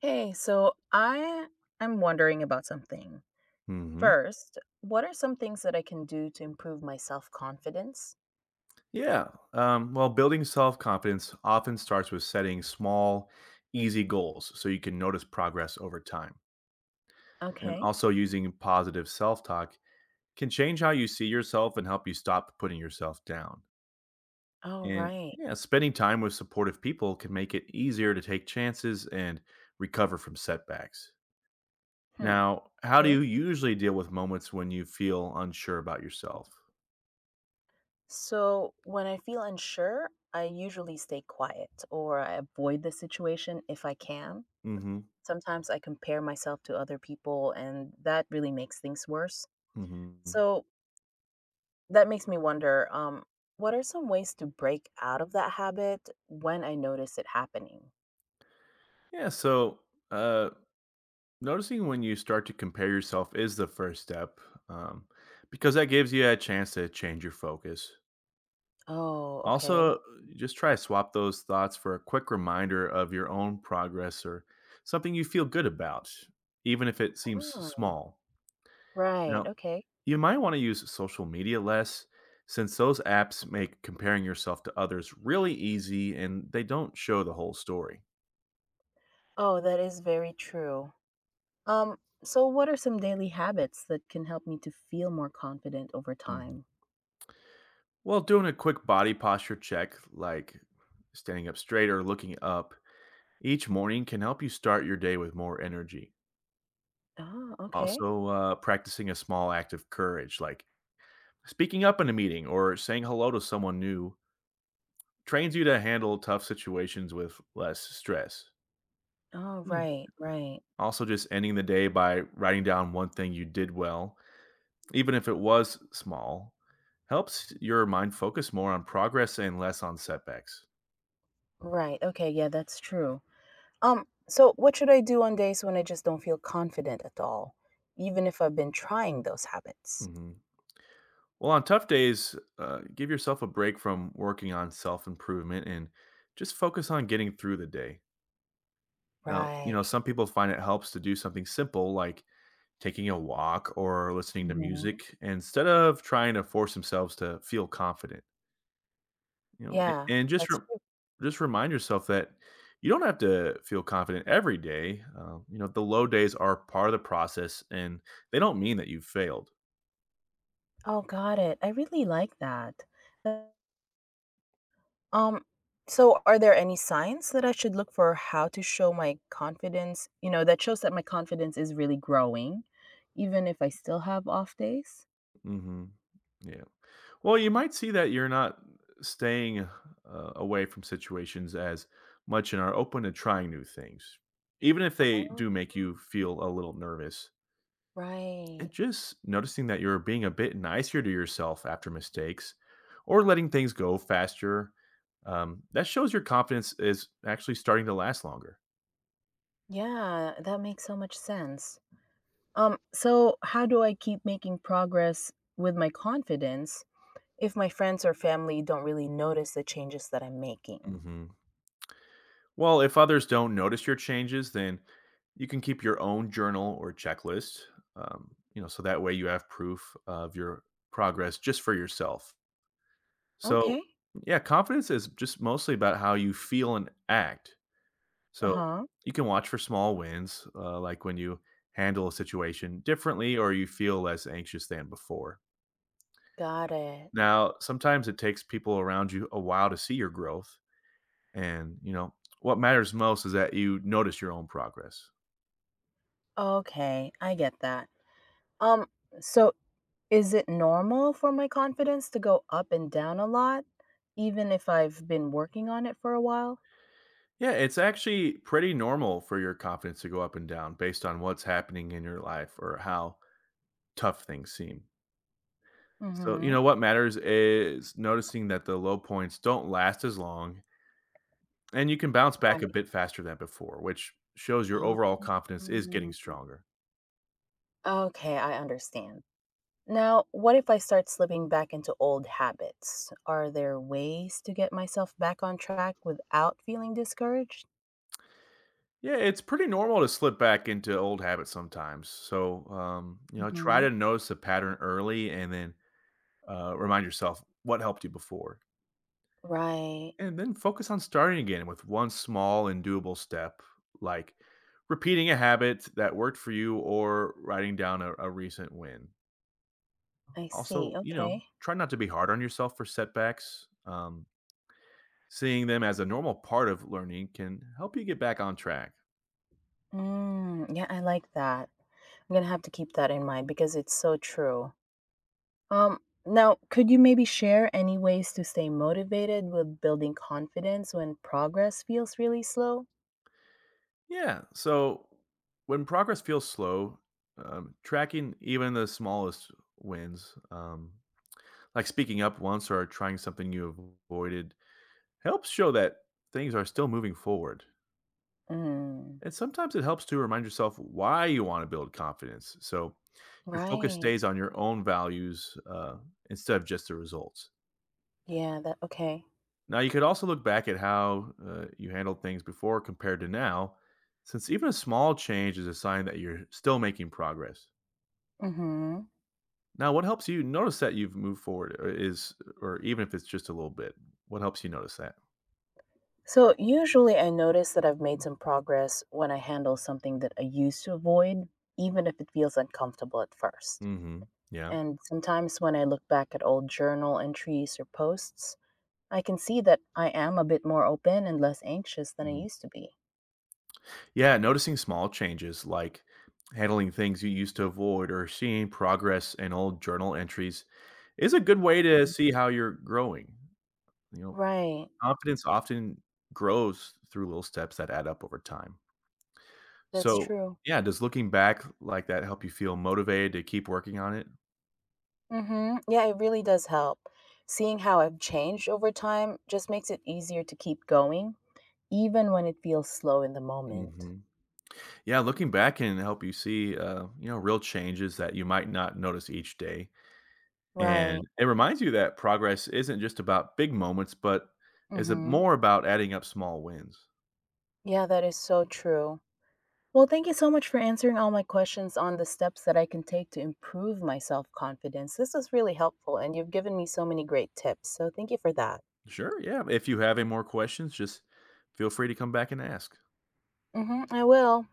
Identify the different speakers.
Speaker 1: Hey, so I am wondering about something.
Speaker 2: hmm
Speaker 1: First, what are some things that I can do to improve my self confidence?
Speaker 2: Yeah. Well, building self confidence often starts with setting small, easy goals so you can notice progress over time. And
Speaker 1: Okay.
Speaker 2: also, using positive self talk can change how you see yourself and help you stop putting yourself down.
Speaker 1: All
Speaker 2: And
Speaker 1: right.
Speaker 2: yeah, spending time with supportive people can make it easier to take chances and recover from setbacks.
Speaker 1: Hmm.
Speaker 2: Now, how do you
Speaker 1: Okay.
Speaker 2: usually deal with moments when you feel unsure about yourself?
Speaker 1: So when I feel unsure, I usually stay quiet or I avoid the situation if I can.
Speaker 2: Hmm.
Speaker 1: Sometimes I compare myself to other people, and that really makes things worse.
Speaker 2: Hmm.
Speaker 1: So that makes me wonder, what are some ways to break out of that habit when I notice it happening?
Speaker 2: Yeah. So, uh, Noticing when you start to compare yourself is the first step um, because that gives you a chance to change your focus.
Speaker 1: Oh, okay.
Speaker 2: Also, just try to swap those thoughts for a quick reminder of your own progress or something you feel good about, even if it seems
Speaker 1: Oh,
Speaker 2: small.
Speaker 1: right.
Speaker 2: Now,
Speaker 1: Okay.
Speaker 2: you might want to use social media less since those apps make comparing yourself to others really easy and they don't show the whole story.
Speaker 1: Oh, that is very true. Um, so what are some daily habits that can help me to feel more confident over
Speaker 2: Mm-hmm.
Speaker 1: time?
Speaker 2: Well, doing a quick body posture check, like standing up straight or looking up each morning, can help you start your day with more energy.
Speaker 1: Oh, okay.
Speaker 2: Also, practicing a small act of courage, like speaking up in a meeting or saying hello to someone new, trains you to handle tough situations with less stress.
Speaker 1: Oh,
Speaker 2: Yeah.
Speaker 1: right, right.
Speaker 2: Also, just ending the day by writing down one thing you did well, even if it was small, helps your mind focus more on progress and less on setbacks.
Speaker 1: Right. Okay, yeah, that's true. So what should I do on days when I just don't feel confident at all, even if I've been trying those habits?
Speaker 2: Mhm. Well, on tough days, give yourself a break from working on self improvement and just focus on getting through the day. Now, you
Speaker 1: Right.
Speaker 2: know, some people find it helps to do something simple like taking a walk or listening to
Speaker 1: hmm
Speaker 2: music instead of trying to force themselves to feel confident. You know,
Speaker 1: Yeah, that's true.
Speaker 2: just remind yourself that you don't have to feel confident every day. You know, the low days are part of the process, and they don't mean that you've failed.
Speaker 1: Oh, got it. I really like that. Um, so are there any signs that I should look for how to show my confidence, that shows that my confidence is really growing, even if I still have off days?
Speaker 2: Hmm. Yeah. Well, you might see that you're not staying away from situations as much and are open to trying new things, even if they
Speaker 1: Oh,
Speaker 2: do make you feel a little nervous, and
Speaker 1: right.
Speaker 2: just noticing that you're being a bit nicer to yourself after mistakes or letting things go faster. Um, that shows your confidence is actually starting to last longer.
Speaker 1: Yeah, that makes so much sense. So how do I keep making progress with my confidence if my friends or family don't really notice the changes that I'm making?
Speaker 2: Mhm. Well, if others don't notice your changes, then you can keep your own journal or checklist. You know, so that way you have proof of your progress just for yourself. So,
Speaker 1: Okay.
Speaker 2: yeah, confidence is just mostly about how you feel and act. So,
Speaker 1: Uh-huh.
Speaker 2: you can watch for small wins, like when you handle a situation differently or you feel less anxious than before.
Speaker 1: Got it.
Speaker 2: Now, sometimes it takes people around you a while to see your growth. And, you know, what matters most is that you notice your own progress.
Speaker 1: Okay, I get that. Um, so is it normal for my confidence to go up and down a lot, even if I've been working on it for a while?
Speaker 2: Yeah, it's actually pretty normal for your confidence to go up and down based on what's happening in your life or how tough things seem. So, you
Speaker 1: Mm-hmm.
Speaker 2: know, what matters is noticing that the low points don't last as long and you can bounce back a
Speaker 1: Right.
Speaker 2: bit faster than before, which shows your
Speaker 1: uh
Speaker 2: overall confidence is getting
Speaker 1: Mm,
Speaker 2: stronger.
Speaker 1: okay, I understand. Now, what if I start slipping back into old habits? Are there ways to get myself back on track without feeling discouraged?
Speaker 2: Yeah, it's pretty normal to slip back into old habits sometimes. So, you know, try to
Speaker 1: Hmm.
Speaker 2: notice the pattern early and then remind yourself what helped you before.
Speaker 1: Right.
Speaker 2: And then focus on starting again with one small and doable step, like repeating a habit that worked for you or writing down a recent win.
Speaker 1: I see.
Speaker 2: Also, you know,
Speaker 1: Okay.
Speaker 2: try not to be hard on yourself for setbacks. Seeing them as a normal part of learning can help you get back on track.
Speaker 1: Mm, yeah, I like that. I'm going to have to keep that in mind because it's so true. Um, Now, could you maybe share any ways to stay motivated with building confidence when progress feels really slow?
Speaker 2: Yeah. So when progress feels slow, tracking even the smallest wins, like speaking up once or trying something you avoided helps show that things are still moving forward.
Speaker 1: Mm,
Speaker 2: And sometimes it helps to remind yourself why you want to build confidence, so your focus
Speaker 1: right.
Speaker 2: stays on your own values instead of just the results.
Speaker 1: Yeah, that okay.
Speaker 2: Now, you could also look back at how you handled things before compared to now, since even a small change is a sign that you're still making progress.
Speaker 1: Mhm.
Speaker 2: Now, what helps you notice that you've moved forward or even if it's just a little bit, what helps you notice that?
Speaker 1: So, usually I notice that I've made some progress when I handle something that I used to avoid, even if it feels uncomfortable at first.
Speaker 2: Hmm. Yeah.
Speaker 1: And sometimes when I look back at old journal entries or posts, I can see that I am a bit more open and less anxious than I
Speaker 2: Mm-hmm.
Speaker 1: used to be.
Speaker 2: Yeah, noticing small changes like handling things you used to avoid or seeing progress in old journal entries is a good way to see how you're growing. You know,
Speaker 1: Right.
Speaker 2: confidence often grows through little steps that add up over time.
Speaker 1: That's
Speaker 2: So,
Speaker 1: true.
Speaker 2: yeah, does looking back like that help you feel motivated to keep working on it?
Speaker 1: Mhm. Yeah, it really does help. Seeing how I've changed over time just makes it easier to keep going, even when it feels slow in the moment.
Speaker 2: Hmm. Yeah, looking back can help you see, you know, real changes that you might not notice each day.
Speaker 1: Right.
Speaker 2: And it reminds you that progress isn't just about big moments, but is it
Speaker 1: Mhm.
Speaker 2: more about adding up small wins?
Speaker 1: Yeah, that is so true. Well, thank you so much for answering all my questions on the steps that I can take to improve my self-confidence. This was really helpful and you've given me so many great tips. So, thank you for that.
Speaker 2: Sure, yeah. If you have any more questions, just feel free to come back and ask.
Speaker 1: Mhm. I will.